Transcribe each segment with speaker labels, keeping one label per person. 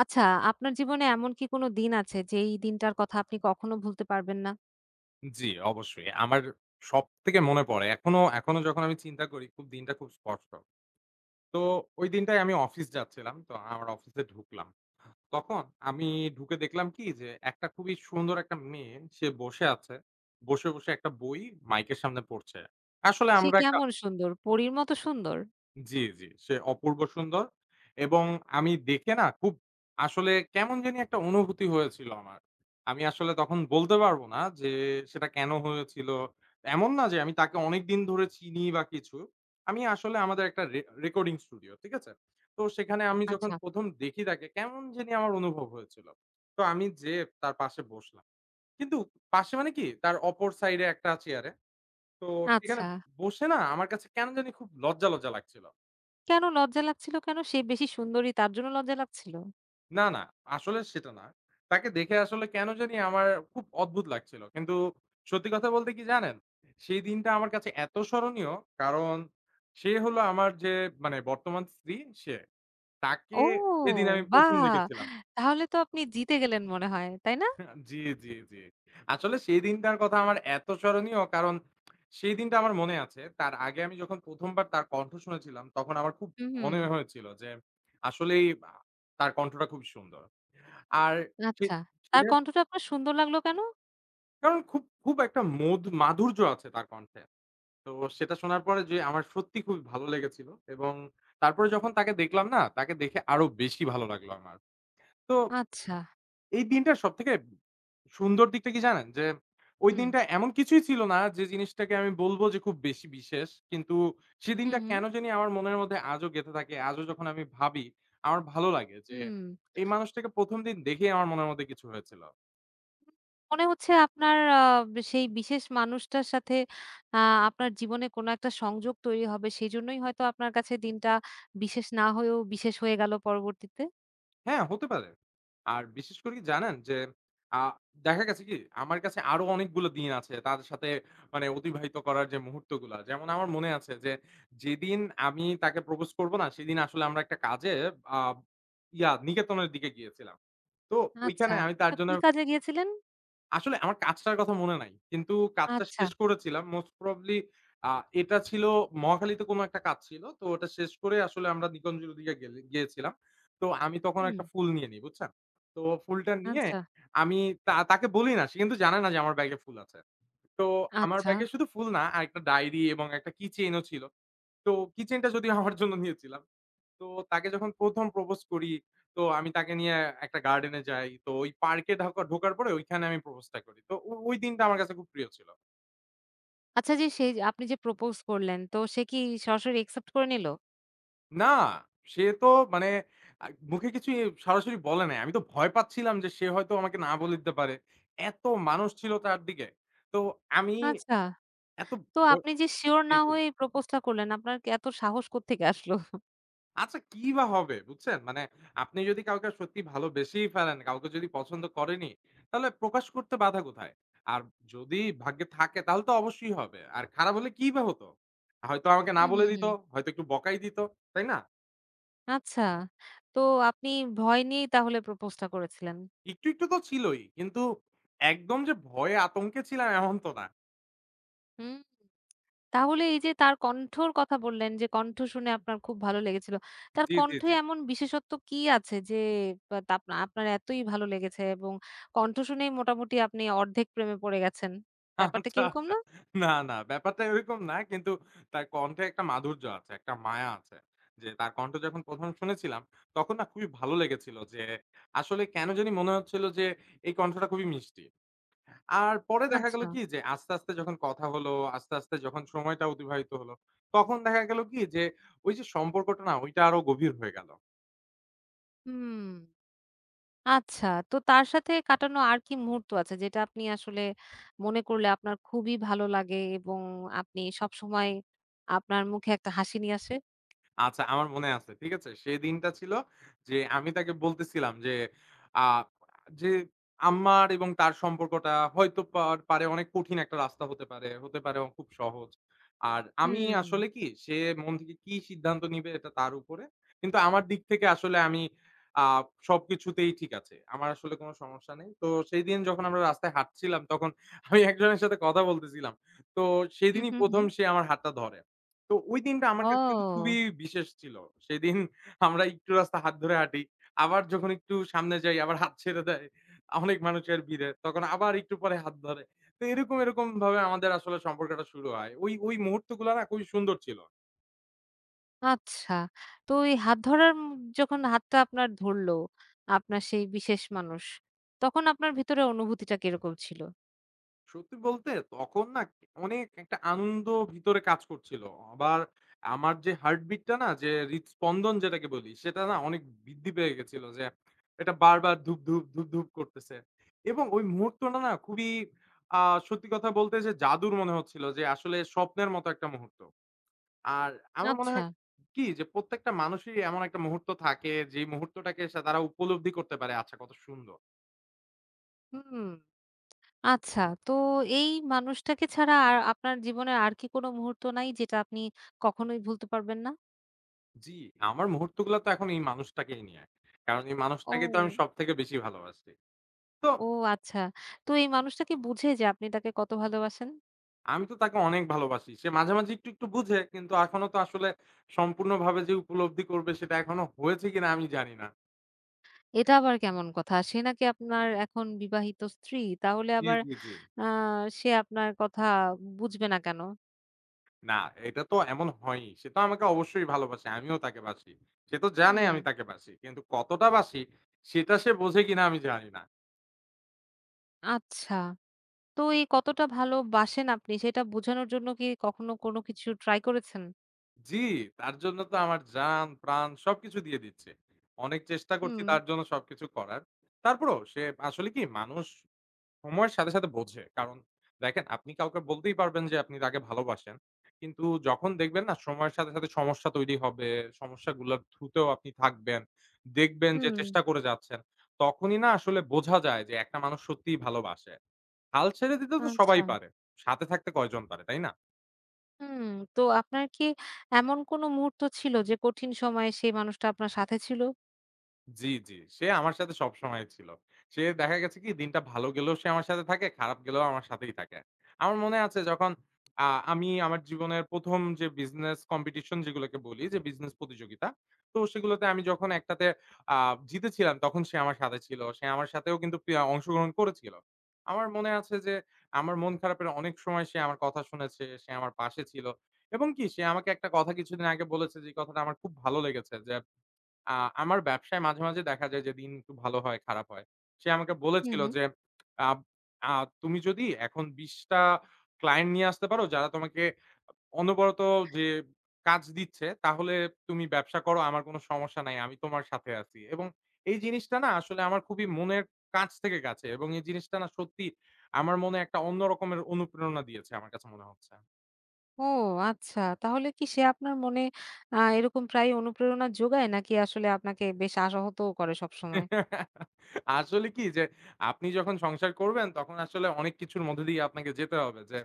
Speaker 1: আচ্ছা, আপনার জীবনে এমন কি কোনো দিন আছে যেই দিনটার কথা আপনি কখনো ভুলতে পারবেন না?
Speaker 2: জি, অবশ্যই। আমার সবথেকে মনে পড়ে। এখনো এখনো যখন আমি চিন্তা করি খুব দিনটা খুব স্পষ্ট। তো ওই দিনটাই আমি অফিস যাচ্ছিলাম। তো আমার অফিসে ঢুকলাম। তখন আমি ঢুকে দেখলাম কি যে একটা খুবই সুন্দর একটা মেয়ে সে বসে আছে। বসে, বসে একটা বই মাইকের সামনে পড়ছে। আসলে
Speaker 1: সে
Speaker 2: আমরা একটা
Speaker 1: কেমন সুন্দর? পরীর মতো সুন্দর?
Speaker 2: জি, জি। সে অপূর্ব সুন্দর এবং আমি দেখে না খুব আসলে কেমন জানি একটা অনুভূতি হয়েছিল আমার। আমি আসলে তখন বলতে পারবো না যে সেটা কেন হয়েছিল। এমন না যে আমি তাকে অনেকদিন ধরে চিনি বা কিছু। আমি আসলে আমাদের একটা রেকর্ডিং স্টুডিও, ঠিক আছে? তো সেখানে আমি যখন
Speaker 1: আচ্ছা,
Speaker 2: ১ম দেখি তাকে কেমন জানি আমার অনুভব হয়েছিল। তো আমি যেয়ে তার পাশে বসলাম। কিন্তু পাশে মানে কি তার অপর সাইডে একটা চেয়ারে। তো সেখানে
Speaker 1: আচ্ছা।
Speaker 2: বসে না আমার কাছে কেন জানি খুব লজ্জা, লজ্জা লাগছিল।
Speaker 1: কেন লজ্জা লাগছিল কেন? সে বেশি সুন্দরী তার জন্য লজ্জা লাগছিল?
Speaker 2: না, না। আসলে সেটা না। তাকে দেখে আসলে কেন জানি আমার খুব অদ্ভুত লাগছিল। কিন্তু সত্যি কথা বলতে কি জানেন? সেই দিনটা আমার কাছে এত স্মরণীয় কারণ সে হলো আমার যে মানে বর্তমান স্ত্রী সে। তাকে
Speaker 1: ও,
Speaker 2: সেদিন আমি ১ম
Speaker 1: বাহ!
Speaker 2: দেখেছিলাম।
Speaker 1: তাহলে তো আপনি জিতে গেলেন মনে হয়, তাই না?
Speaker 2: জি, জি, জি। আসলে সেই দিনটার কথা আমার এত স্মরণীয় কারণ সেই দিনটা আমার মনে আছে। তার আগে আমি যখন ১ম বার তার কণ্ঠ শুনেছিলাম তখন আমার খুব
Speaker 1: হুম, হুম।
Speaker 2: মনে হয়েছিল যে আসলেই তার কণ্ঠটা খুব সুন্দর। আর
Speaker 1: আচ্ছা।
Speaker 2: সে
Speaker 1: তার কণ্ঠটা আপনার সুন্দর লাগলো কেন?
Speaker 2: কারণ খুব, খুব একটা মধু মাধুর্য আছে তার কণ্ঠে। তো সেটা শোনার পরে যে আমার সত্যি খুবই ভালো লেগেছিল এবং তারপরে যখন তাকে দেখলাম না, তাকে দেখে আরো বেশি ভালো লাগলো আমার। তো
Speaker 1: আচ্ছা।
Speaker 2: এই দিনটার সবথেকে সুন্দর দিকটা কি জানেন? যে ওই
Speaker 1: হুম।
Speaker 2: দিনটা এমন কিছুই ছিল না যে জিনিসটাকে আমি বলব যে খুব বেশি বিশেষ। কিন্তু
Speaker 1: হুম,
Speaker 2: সেদিনটা
Speaker 1: হুম।
Speaker 2: কেন জানি আমার মনের মধ্যে আজও গেঁথে থাকে। আজও যখন আমি ভাবি, আমার ভালো লাগে যে
Speaker 1: হুম।
Speaker 2: এই মানুষটাকে ১ম দিন দেখেই আমার মনের মধ্যে কিছু হয়েছিল।
Speaker 1: মনে হচ্ছে আপনার সেই বিশেষ মানুষটার সাথে আ আপনার জীবনে কোনো একটা সংযোগ তৈরি হবে। সেজন্যই হয়তো আপনার কাছে দিনটা বিশেষ না হয়েও বিশেষ হয়ে গেল পরবর্তীতে।
Speaker 2: হ্যাঁ, হতে পারে। আর বিশেষ করে কি জানেন? যে আ দেখা গেছে কি? আমার কাছে আরো অনেকগুলো দিন আছে তাদের সাথে মানে অতিবাহিত করার যে মুহূর্তগুলা। যেমন আমার মনে আছে যে, যেদিন আমি তাকে প্রপোজ করব না, সেদিন আসলে আমরা একটা কাজে আ ইয়া নিকেতনের দিকে গিয়েছিলাম। তো
Speaker 1: আচ্ছা।
Speaker 2: ঐখানে আমি তার
Speaker 1: তো
Speaker 2: জন্য
Speaker 1: কি কাজে গিয়েছিলেন?
Speaker 2: আসলে আমার কাজটার কথা মনে নাই। কিন্তু কাজটা
Speaker 1: আচ্ছা।
Speaker 2: শেষ করেছিলাম মোস্ট প্রবাবলি আ এটা ছিল মহাখালীতে কোনো একটা কাজ ছিল। তো ওটা শেষ করে আসলে আমরা নিকুঞ্জের ওদিকে গিয়েছিলাম। তো আমি তখন
Speaker 1: হুম।
Speaker 2: একটা ফুল নিয়ে নিই, বুঝছেন? তো ফুলটা নিয়ে
Speaker 1: আচ্ছা,
Speaker 2: আমি তাকে বলি না। সে কিন্তু জানে না যে আমার ব্যাগে ফুল আছে। তো আমার
Speaker 1: আচ্ছা।
Speaker 2: ব্যাগে শুধু ফুল না আরেকটা ডায়েরি এবং একটা keychain ও ছিল। তো keychain টা যদিও আমার জন্য নিয়েছিলাম। তো তাকে যখন ১ম প্রপোজ করি, তো আমি তাকে নিয়ে একটা গার্ডেন এ যাই। তো ওই পার্কে ঢোকার পরে ওইখানে আমি প্রপোজ টা করি। তো ওই দিনটা আমার কাছে খুব প্রিয় ছিল।
Speaker 1: আচ্ছা, যে সেই আপনি যে প্রপোজ করলেন, তো সে কি সরাসরি অ্যাকসেপ্ট করে নিল?
Speaker 2: না, সে তো মানে আ মুখে কিছু সরাসরি বলে নাই। আমি তো ভয় পাচ্ছিলাম যে সে হয়তো আমাকে না বলে দিতে পারে। এত মানুষ ছিল চারদিকে। তো আমি
Speaker 1: আচ্ছা।
Speaker 2: এত
Speaker 1: তো
Speaker 2: ভ
Speaker 1: আপনি যে সিওর
Speaker 2: জি,
Speaker 1: না
Speaker 2: জি।
Speaker 1: হয়ে প্রপোজটা করলেন, আপনার কি এত সাহস কোত্থেকে আসলো?
Speaker 2: আচ্ছা কি বা হবে? বুঝছেন? মানে আপনি যদি কাউকে সত্যি ভালোবেসেই ফেলেন, কাউকে যদি পছন্দ করেনই, তাহলে প্রকাশ করতে বাধা কোথায়? আর যদি ভাগ্যে থাকে তাহলে তো অবশ্যই হবে। আর খারাপ হলে কি বা হতো? হয়তো আমাকে না
Speaker 1: হুম,
Speaker 2: বলে
Speaker 1: হুম,
Speaker 2: দিত,
Speaker 1: হুম।
Speaker 2: হয়তো একটু বকাই দিত, তাই না?
Speaker 1: আচ্ছা। তো আপনি ভয় নিয়েই তাহলে প্রপোজটা করেছিলেন।
Speaker 2: একটু, একটু তো ছিলই। কিন্তু একদম যে ভয়ে আতঙ্কে ছিলাম এমন তো না।
Speaker 1: হুম। তাহলে এই যে তার কণ্ঠর কথা বললেন যে কণ্ঠ শুনে আপনার খুব ভালো লেগেছিল। তার
Speaker 2: জি, জি,
Speaker 1: কণ্ঠে
Speaker 2: জি।
Speaker 1: এমন বিশেষত্ব কি আছে যে বা তা আপনার এতই ভালো লেগেছে এবং কণ্ঠ শুনেই মোটামুটি আপনি অর্ধেক প্রেমে পড়ে গেছেন। ব্যাপারটা কি
Speaker 2: আচ্ছা,
Speaker 1: এরকম
Speaker 2: আচ্ছা।
Speaker 1: না?
Speaker 2: না, না ব্যাপারটা এরকম না। কিন্তু তার কণ্ঠে একটা মাধুর্য আছে, একটা মায়া আছে। যে তার কণ্ঠ যখন ১ম শুনেছিলাম, তখন না খুবই ভালো লেগেছিল যে আসলে কেন জানি মনে হচ্ছিল যে এই কণ্ঠটা খুবই মিষ্টি। আর পরে দেখা গেল
Speaker 1: আচ্ছা।
Speaker 2: কি যে আস্তে, আস্তে যখন কথা হলো, আস্তে, আস্তে যখন সময়টা অতিবাহিত হলো, তখন দেখা গেল কি যে ওই যে সম্পর্কটা না ওইটা আরো গভীর হয়ে গেল।
Speaker 1: হুম। আচ্ছা। তো তার সাথে কাটানো আর কি মুহূর্ত আছে যেটা আপনি আসলে মনে করলে আপনার খুবই ভালো লাগে এবং আপনি সবসময় আপনার মুখে একটা হাসি নিয়ে আসে?
Speaker 2: আচ্ছা, আমার মনে আছে। ঠিক আছে? সেই দিনটা ছিল যে আমি তাকে বলতেছিলাম যে, আ যে আমার এবং তার সম্পর্কটা হয়তো পারে অনেক কঠিন একটা রাস্তা হতে পারে, হতে পারে খুব সহজ। আর আমি
Speaker 1: হুম।
Speaker 2: আসলে কি সে মন থেকে কি সিদ্ধান্ত নিবে এটা তার উপরে। কিন্তু আমার দিক থেকে আসলে আমি আ সবকিছুতেই ঠিক আছে। আমার আসলে কোন সমস্যা নেই। তো সেদিন যখন আমরা রাস্তায় হাঁটছিলাম তখন আমি একজনের সাথে কথা বলতেছিলাম। তো
Speaker 1: হু,
Speaker 2: সেদিনই
Speaker 1: হু, হু।
Speaker 2: ১ম সে আমার হাতটা ধরে। তো ওই দিনটা আমার কাছে কিন্তু খুবই
Speaker 1: ও!
Speaker 2: বিশেষ ছিল। সেদিন আমরা একটু রাস্তা হাত ধরে হাঁটি। আবার যখন একটু সামনে যাই আবার হাত ছেড়ে দেয়। অনেক মানুষের ভিড়ে। তখন আবার একটু পরে হাত ধরে। তো এরকম, এরকম ভাবে আমাদের আসলে সম্পর্কটা শুরু হয়। ওই মুহূর্তগুলো না খুবই সুন্দর ছিল।
Speaker 1: আচ্ছা। তো এই হাত ধরার যখন হাতটা আপনার ধরলো, আপনার সেই বিশেষ মানুষ, তখন আপনার ভিতরে অনুভূতিটা কিরকম ছিল?
Speaker 2: সত্যি বলতে তখন না অনেক একটা আনন্দ ভিতরে কাজ করছিল। আবার আমার যে হার্টবিট টা না যে হৃদস্পন্দন যেটাকে বলি সেটা না অনেক বৃদ্ধি পেয়ে গেছিল যে এটা বারবার ধুপ, ধুপ, ধুপ, ধুপ করতেছে। এবং ওই মুহূর্তটা না খুবই আ সত্যি কথা বলতে যে জাদুর মনে হচ্ছিল যে আসলে স্বপ্নের মতো একটা মুহূর্ত। আর আমার মনে
Speaker 1: আচ্ছা,
Speaker 2: হয় কি যে প্রত্যেকটা মানুষেরই এমন একটা মুহূর্ত থাকে যে মুহূর্তটাকে সে তারা উপলব্ধি করতে পারে আচ্ছা কত সুন্দর।
Speaker 1: হুম। আচ্ছা, তো এই মানুষটাকে ছাড়া আর আপনার জীবনে আর কি কোনো মুহূর্ত নাই যেটা আপনি কখনোই ভুলতে পারবেন না?
Speaker 2: জি, আমার মুহূর্তগুলা তো এখন এই মানুষটাকেই নিয়ে। কারণ এই মানুষটাকে তো আমি
Speaker 1: ও,
Speaker 2: সবথেকে বেশি ভালোবাসি। তো
Speaker 1: ও আচ্ছা। তো এই মানুষটা কি বুঝে যে আপনি তাকে কত ভালোবাসেন?
Speaker 2: আমি তো তাকে অনেক ভালোবাসি। সে মাঝামাঝি একটু, একটু বুঝে কিন্তু এখনো তো আসলে সম্পূর্ণভাবে যে উপলব্ধি করবে সেটা এখনো হয়েছে কিনা আমি জানি না।
Speaker 1: এটা আবার কেমন কথা? সে নাকি আপনার এখন বিবাহিত স্ত্রী, তাহলে
Speaker 2: জি,
Speaker 1: আবার
Speaker 2: জি, জি।
Speaker 1: আ সে আপনার কথা বুঝবে না কেন?
Speaker 2: না, এটা তো এমন হয়নি। সে তো আমাকে অবশ্যই ভালোবাসে। আমিও তাকে বাসি। সে তো জানে
Speaker 1: হুম।
Speaker 2: আমি তাকে বাসি। কিন্তু কতটা বাসি সেটা সে বোঝে কিনা আমি জানি না।
Speaker 1: আচ্ছা। তো এই কতটা ভালোবাসেন আপনি সেটা বোঝানোর জন্য কি কখনো কোনো কিছু ট্রাই করেছেন?
Speaker 2: জি, তার জন্য তো আমার জান, প্রাণ সবকিছু দিয়ে দিচ্ছে। অনেক চেষ্টা করছি
Speaker 1: হুম,
Speaker 2: তার জন্য সবকিছু করার। তারপরেও সে আসলে কি মানুষ সময়ের সাথে, সাথে বোঝে। কারণ দেখেন আপনি কাউকে বলতেই পারবেন যে আপনি তাকে ভালোবাসেন। কিন্তু যখন দেখবেন না সময়ের সাথে, সাথে সমস্যা তৈরি হবে, সমস্যাগুলোর থ্রুতেও আপনি থাকবেন। দেখবেন যে
Speaker 1: হুম।
Speaker 2: চেষ্টা করে যাচ্ছেন। তখনই না আসলে বোঝা যায় যে একটা মানুষ সত্যিই ভালোবাসে। হাল ছেড়ে দিতে তো সবাই
Speaker 1: আচ্ছা।
Speaker 2: পারে। সাথে থাকতে কয়জন পারে, তাই না?
Speaker 1: হুম, তো আপনার কি এমন কোনো মুহূর্ত ছিল যে কঠিন সময়ে সেই মানুষটা আপনার সাথে ছিল?
Speaker 2: জি, জি। সে আমার সাথে সবসময় ছিল। সে দেখা গেছে কি দিনটা ভালো গেলেও সে আমার সাথে থাকে, খারাপ গেলেও আমার সাথেই থাকে। আমার মনে আছে যখন আ আমি আমার জীবনের ১ম যে বিজনেস কম্পিটিশন যেগুলোকে বলি যে বিজনেস প্রতিযোগিতা। তো সেগুলোতে আমি যখন একটাতে আ জিতেছিলাম তখন সে আমার সাথে ছিল। সে আমার সাথেও কিন্তু অংশগ্রহণ করেছিল। আমার মনে আছে যে আমার মন খারাপের অনেক সময় সে আমার কথা শুনেছে, সে আমার পাশে ছিল। এবং কি সে আমাকে একটা কথা কিছুদিন আগে বলেছে যে কথাটা আমার খুব ভালো লেগেছে যে আ আমার ব্যবসায় মাঝে, মাঝে দেখা যায় যে দিন একটু ভালো হয়, খারাপ হয়। সে আমাকে
Speaker 1: হুম,
Speaker 2: বলেছিল
Speaker 1: হুম।
Speaker 2: যে, আব আ "তুমি যদি এখন ২০ টা ক্লায়েন্ট নিয়ে আসতে পারো যারা তোমাকে অনবরত যে কাজ দিচ্ছে, তাহলে তুমি ব্যবসা করো। আমার কোনো সমস্যা নাই। আমি তোমার সাথে আছি।" এবং এই জিনিসটা না আসলে আমার খুবই মনের কাছে এবং এই জিনিসটা না সত্যি আমার মনে একটা অন্য রকমের অনুপ্রেরণা দিয়েছে আমার কাছে মনে হচ্ছে।
Speaker 1: ও আচ্ছা। তাহলে কি সে আপনার মনে এরকম প্রায়ই অনুপ্রেরণা যোগায় নাকি আসলে আপনাকে বেশ আশাহতও করে সবসময়?
Speaker 2: আসলে কি যে আপনি যখন সংসার করবেন তখন আসলে অনেক কিছুর মধ্যে দিয়ে আপনাকে যেতে হবে। যে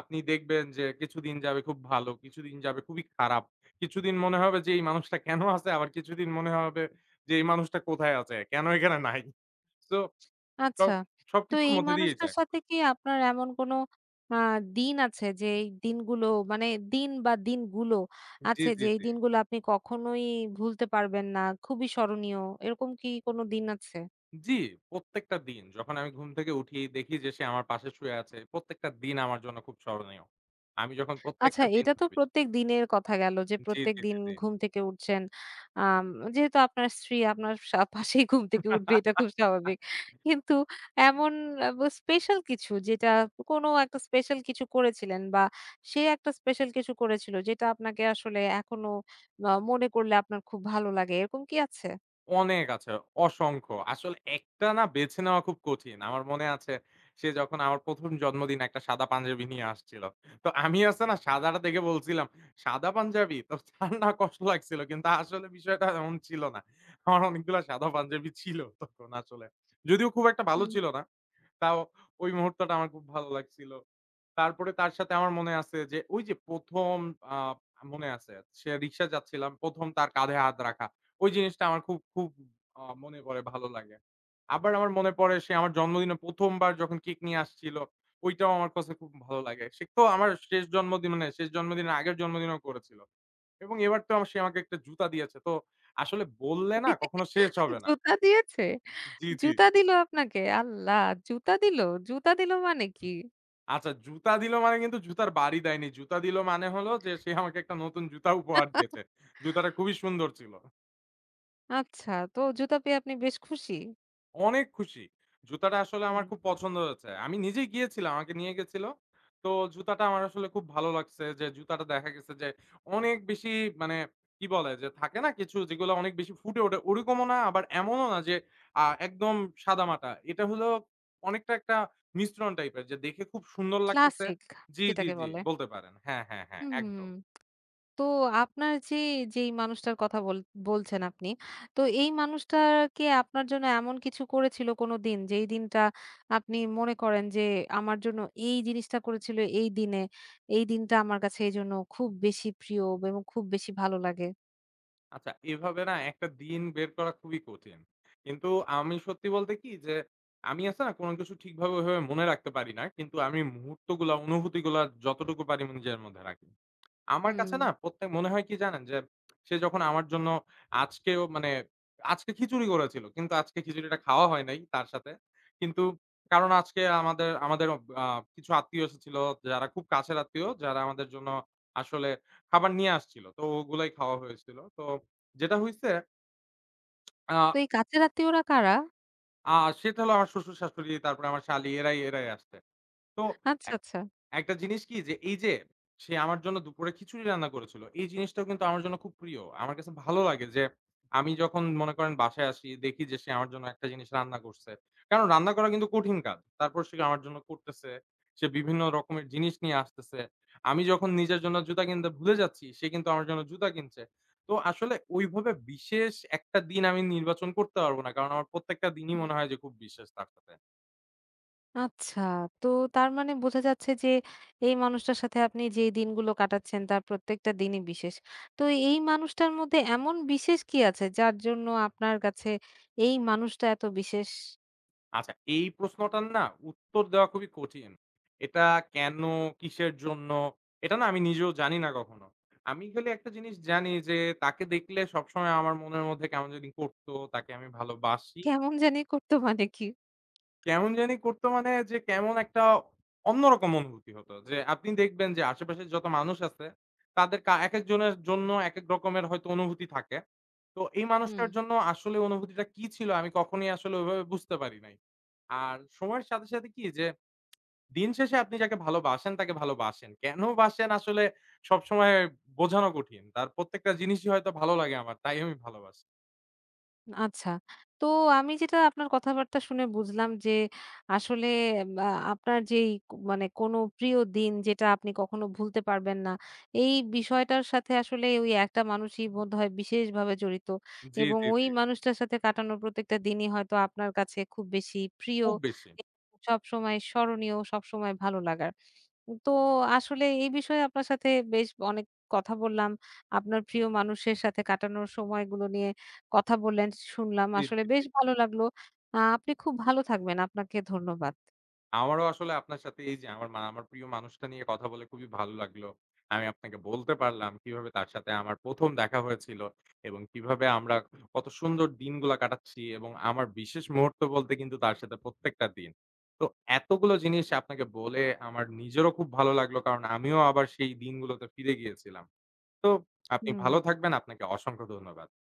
Speaker 2: আপনি দেখবেন যে কিছুদিন যাবে খুব ভালো, কিছুদিন যাবে খুবই খারাপ। কিছুদিন মনে হবে যে এই মানুষটা কেন আছে? আবার কিছুদিন মনে হবে যে এই মানুষটা কোথায় আছে? কেন এখানে নাই? সো সব
Speaker 1: আচ্ছা। তো
Speaker 2: সবকিছুর
Speaker 1: এই
Speaker 2: মধ্যে দিয়েই
Speaker 1: মানুষটার
Speaker 2: যায়।
Speaker 1: সাথে কি আপনার এমন কোনো আ দিন আছে যে এই দিনগুলো মানে দিন বা দিনগুলো
Speaker 2: জি,
Speaker 1: আছে
Speaker 2: জি,
Speaker 1: যে এই
Speaker 2: জি।
Speaker 1: দিনগুলো আপনি কখনোই ভুলতে পারবেন না, খুবই স্মরণীয়। এরকম কি কোনো দিন আছে?
Speaker 2: জি, প্রত্যেকটা দিন যখন আমি ঘুম থেকে উঠি দেখি যে সে আমার পাশে শুয়ে আছে। প্রত্যেকটা দিন আমার জন্য খুব স্মরণীয়। আমি যখন
Speaker 1: আচ্ছা,
Speaker 2: প্রত্যেকটা দিন
Speaker 1: এটা তো
Speaker 2: ভাবি
Speaker 1: প্রত্যেক দিনের কথা গেল যে
Speaker 2: জি,
Speaker 1: প্রত্যেক
Speaker 2: জি, জি,
Speaker 1: দিন
Speaker 2: জি।
Speaker 1: ঘুম থেকে উঠছেন। আম যেহেতু আপনার স্ত্রী আপনার পাশেই ঘুম থেকে উঠবে এটা খুব স্বাভাবিক। কিন্তু এমন স্পেশাল কিছু যেটা কোনো একটা স্পেশাল কিছু করেছিলেন বা সে একটা স্পেশাল কিছু করেছিল যেটা আপনাকে আসলে এখনো মনে করলে আপনার খুব ভালো লাগে এরকম কি আছে?
Speaker 2: অনেক আছে, অসংখ্য। আসলে একটা না বেছে নেওয়া খুব কঠিন। আমার মনে আছে সে যখন আমার ১ম জন্মদিনে একটা সাদা পাঞ্জাবি নিয়ে আসছিল। তো আমি আছে না সাদাটা দেখে বলছিলাম, "সাদা পাঞ্জাবি?" তো তার না কষ্ট লাগছিল। কিন্তু আসলে বিষয়টা এমন ছিল না। আমার অনেকগুলা সাদা পাঞ্জাবি ছিল তখন আসলে। যদিও খুব একটা ভালো
Speaker 1: হুম।
Speaker 2: ছিল না। তাও ওই মুহূর্তটা আমার খুব ভালো লাগছিল। তারপরে তার সাথে আমার মনে আছে যে ওই যে ১ম আ মনে আছে সে রিক্সা যাচ্ছিলাম ১ম তার কাঁধে হাত রাখা। ওই জিনিসটা আমার খুব, খুব মনে পড়ে ভালো লাগে। আবার আমার মনে পড়ে সে আমার জন্মদিনে ১ম বার যখন কেক নিয়ে আসছিল, ওইটাও আমার কাছে খুব ভালো লাগে। সে তো আমার শেষ জন্মদিন মানে শেষ জন্মদিনের আগের জন্মদিনেও করেছিল। এবং এবার তো আমার সে আমাকে একটা জুতা দিয়েছে। তো আসলে বললে না কখনো শেষ হবে না।
Speaker 1: জুতা দিয়েছে?
Speaker 2: জি, জি।
Speaker 1: জুতা দিল আপনাকে? আল্লাহ! জুতা দিল? জুতা দিল মানে কি?
Speaker 2: আচ্ছা, জুতা দিল মানে কিন্তু জুতার বাড়ি দেয়নি। জুতা দিল মানে হলো যে সে আমাকে একটা নতুন জুতা উপহার দিয়েছে। জুতাটা খুবই সুন্দর ছিল।
Speaker 1: আচ্ছা, তো জুতা পেয়ে আপনি বেশ খুশি?
Speaker 2: অনেক খুশি। জুতাটা আসলে আমার
Speaker 1: হুম।
Speaker 2: খুব পছন্দ হয়েছে। আমি নিজেই গিয়েছিলাম, আমাকে নিয়ে গেছিল। তো জুতাটা আমার আসলে খুব ভালো লাগছে যে জুতাটা দেখা গেছে যে অনেক বেশি মানে কি বলে? যে থাকে না কিছু যেগুলো অনেক বেশি ফুটে ওঠে ওরকমও না আবার এমনও না যে একদম সাদামাটা। এটা হলো অনেকটা একটা মিশ্রণ টাইপের যে দেখে খুব সুন্দর লাগতেছে।
Speaker 1: ক্লাসিক
Speaker 2: জি, জি,
Speaker 1: যেটাকে
Speaker 2: জি
Speaker 1: বলে।
Speaker 2: বলতে পারেন। হ্যাঁ, হ্যাঁ, হ্যাঁ
Speaker 1: হুম, হুম,
Speaker 2: একদম।
Speaker 1: হুম। তো আপনার যে, যেই মানুষটার কথা বলছেন আপনি, তো এই মানুষটাকে আপনার জন্য এমন কিছু করেছিল কোনোদিন, যেই দিনটা আপনি মনে করেন যে আমার জন্য এই জিনিসটা করেছিল এই দিনে, এই দিনটা আমার কাছে এজন্য খুব বেশি প্রিয় এবং খুব বেশি ভালো লাগে?
Speaker 2: আচ্ছা, এভাবে না একটা দিন বের করা খুবই কঠিন। কিন্তু আমি সত্যি বলতে কি যে, আমি আছে না কোনো কিছু ঠিকভাবে ওইভাবে মনে রাখতে পারি না। কিন্তু আমি মুহূর্তগুলা, অনুভূতিগুলা যতটুকু পারি আমি নিজের মধ্যে রাখি। আমার কাছে
Speaker 1: হুম।
Speaker 2: না প্রত্যেক মনে হয় কি জানেন? যে সে যখন আমার জন্য আজকেও মানে আজকে খিচুড়ি করেছিল। কিন্তু আজকে খিচুড়িটা খাওয়া হয় নাই তার সাথে। কিন্তু কারণ আজকে আমাদের আমাদের আ কিছু আত্মীয় এসেছিল যারা খুব কাছের আত্মীয়, যারা আমাদের জন্য আসলে খাবার নিয়ে আসছিল। তো ওগুলাই খাওয়া হয়েছিল। তো যেটা হইছে আ
Speaker 1: তো এই কাছের আত্মীয়রা কারা?
Speaker 2: আ সেটা হলো আমার শ্বশুর-শাশুড়ি, তারপরে আমার শালি এরাই আসছে। তো
Speaker 1: আচ্ছা, আচ্ছা।
Speaker 2: একটা জিনিস কি যে এই যে সে আমার জন্য দুপুরে খিচুড়ি রান্না করেছিল। এই জিনিসটাও কিন্তু আমার জন্য খুব প্রিয়। আমার কাছে ভালো লাগে যে আমি যখন মনে করেন বাসায় আসি দেখি যে সে আমার জন্য একটা জিনিস রান্না করছে। কারণ রান্না করা কিন্তু কঠিন কাজ। তারপর সে আমার জন্য করতেছে। সে বিভিন্ন রকমের জিনিস নিয়ে আসতেছে। আমি যখন নিজের জন্য জুতা কিনতে ভুলে যাচ্ছি সে কিন্তু আমার জন্য জুতা কিনছে। তো আসলে ওইভাবে বিশেষ একটা দিন আমি নির্বাচন করতে পারব না। কারণ আমার প্রত্যেকটা দিনই মনে হয় যে খুব বিশেষ তার সাথে।
Speaker 1: আচ্ছা। তো তার মানে বোঝা যাচ্ছে যে এই মানুষটার সাথে আপনি যেই দিনগুলো কাটাচ্ছেন তার প্রত্যেকটা দিনই বিশেষ। তো এই মানুষটার মধ্যে এমন বিশেষ কি আছে যার জন্য আপনার কাছে এই মানুষটা এত বিশেষ?
Speaker 2: আচ্ছা, এই প্রশ্নটার না উত্তর দেওয়া খুবই কঠিন। এটা কেন, কিসের জন্য, এটা না আমি নিজেও জানি না কখনো। আমি খালি একটা জিনিস জানি যে তাকে দেখলে সবসময় আমার মনের মধ্যে কেমন জানি করতো, তাকে আমি ভালোবাসি।
Speaker 1: কেমন জানি করতো মানে কি?
Speaker 2: কেমন জানি করতো মানে যে কেমন একটা অন্যরকম অনুভূতি হতো। যে আপনি দেখবেন যে আশেপাশে যত মানুষ আছে তাদের একেকজনের জন্য একেক রকমের হয়তো অনুভূতি থাকে। তো এই
Speaker 1: হুম।
Speaker 2: মানুষটার জন্য আসলে অনুভূতিটা কি ছিল আমি কখনোই আসলে ওইভাবে বুঝতে পারি নাই। আর সময়ের সাথে, সাথে কি যে দিন শেষে আপনি যাকে ভালোবাসেন তাকে ভালোবাসেন। কেন বাসেন আসলে সবসময় বোঝানো কঠিন। তার প্রত্যেকটা জিনিসই হয়তো ভালো লাগে আমার। তাই আমি ভালোবাসি।
Speaker 1: আচ্ছা। তো আমি যেটা আপনার কথাবার্তা শুনে বুঝলাম যে আসলে আ আপনার যেই মানে কোনো প্রিয় দিন যেটা আপনি কখনো ভুলতে পারবেন না। এই বিষয়টার সাথে আসলে ওই একটা মানুষই বোধহয় বিশেষভাবে জড়িত
Speaker 2: জি,
Speaker 1: এবং
Speaker 2: জি,
Speaker 1: ওই
Speaker 2: জি।
Speaker 1: মানুষটার সাথে কাটানোর প্রত্যেকটা দিনই হয়তো আপনার কাছে খুব বেশি প্রিয়
Speaker 2: খুব বেশি।
Speaker 1: এবং সবসময় স্মরণীয়, সবসময় ভালো লাগার। তো আসলে এই বিষয়ে আপনার সাথে বেশ অনেক কথা বললাম। আপনার প্রিয় মানুষের সাথে কাটানোর সময়গুলো নিয়ে কথা বললেন, শুনলাম।
Speaker 2: জি,
Speaker 1: আসলে
Speaker 2: জি।
Speaker 1: বেশ ভালো লাগলো। আপনি খুব ভালো থাকবেন। আপনাকে ধন্যবাদ।
Speaker 2: আমারও আসলে আপনার সাথে এই যে আমার প্রিয় মানুষটা নিয়ে কথা বলে খুবই ভালো লাগলো। আমি আপনাকে বলতে পারলাম কিভাবে তার সাথে আমার ১ম দেখা হয়েছিল এবং কিভাবে আমরা কত সুন্দর দিনগুলা কাটাচ্ছি এবং আমার বিশেষ মুহূর্ত বলতে কিন্তু তার সাথে প্রত্যেকটা দিন। তো এতগুলো জিনিস আপনাকে বলে আমার নিজেরও খুব ভালো লাগলো কারণ আমিও আবার সেই দিনগুলোতে ফিরে গিয়েছিলাম। তো আপনি
Speaker 1: হুম।
Speaker 2: ভালো থাকবেন। আপনাকে অসংখ্য ধন্যবাদ।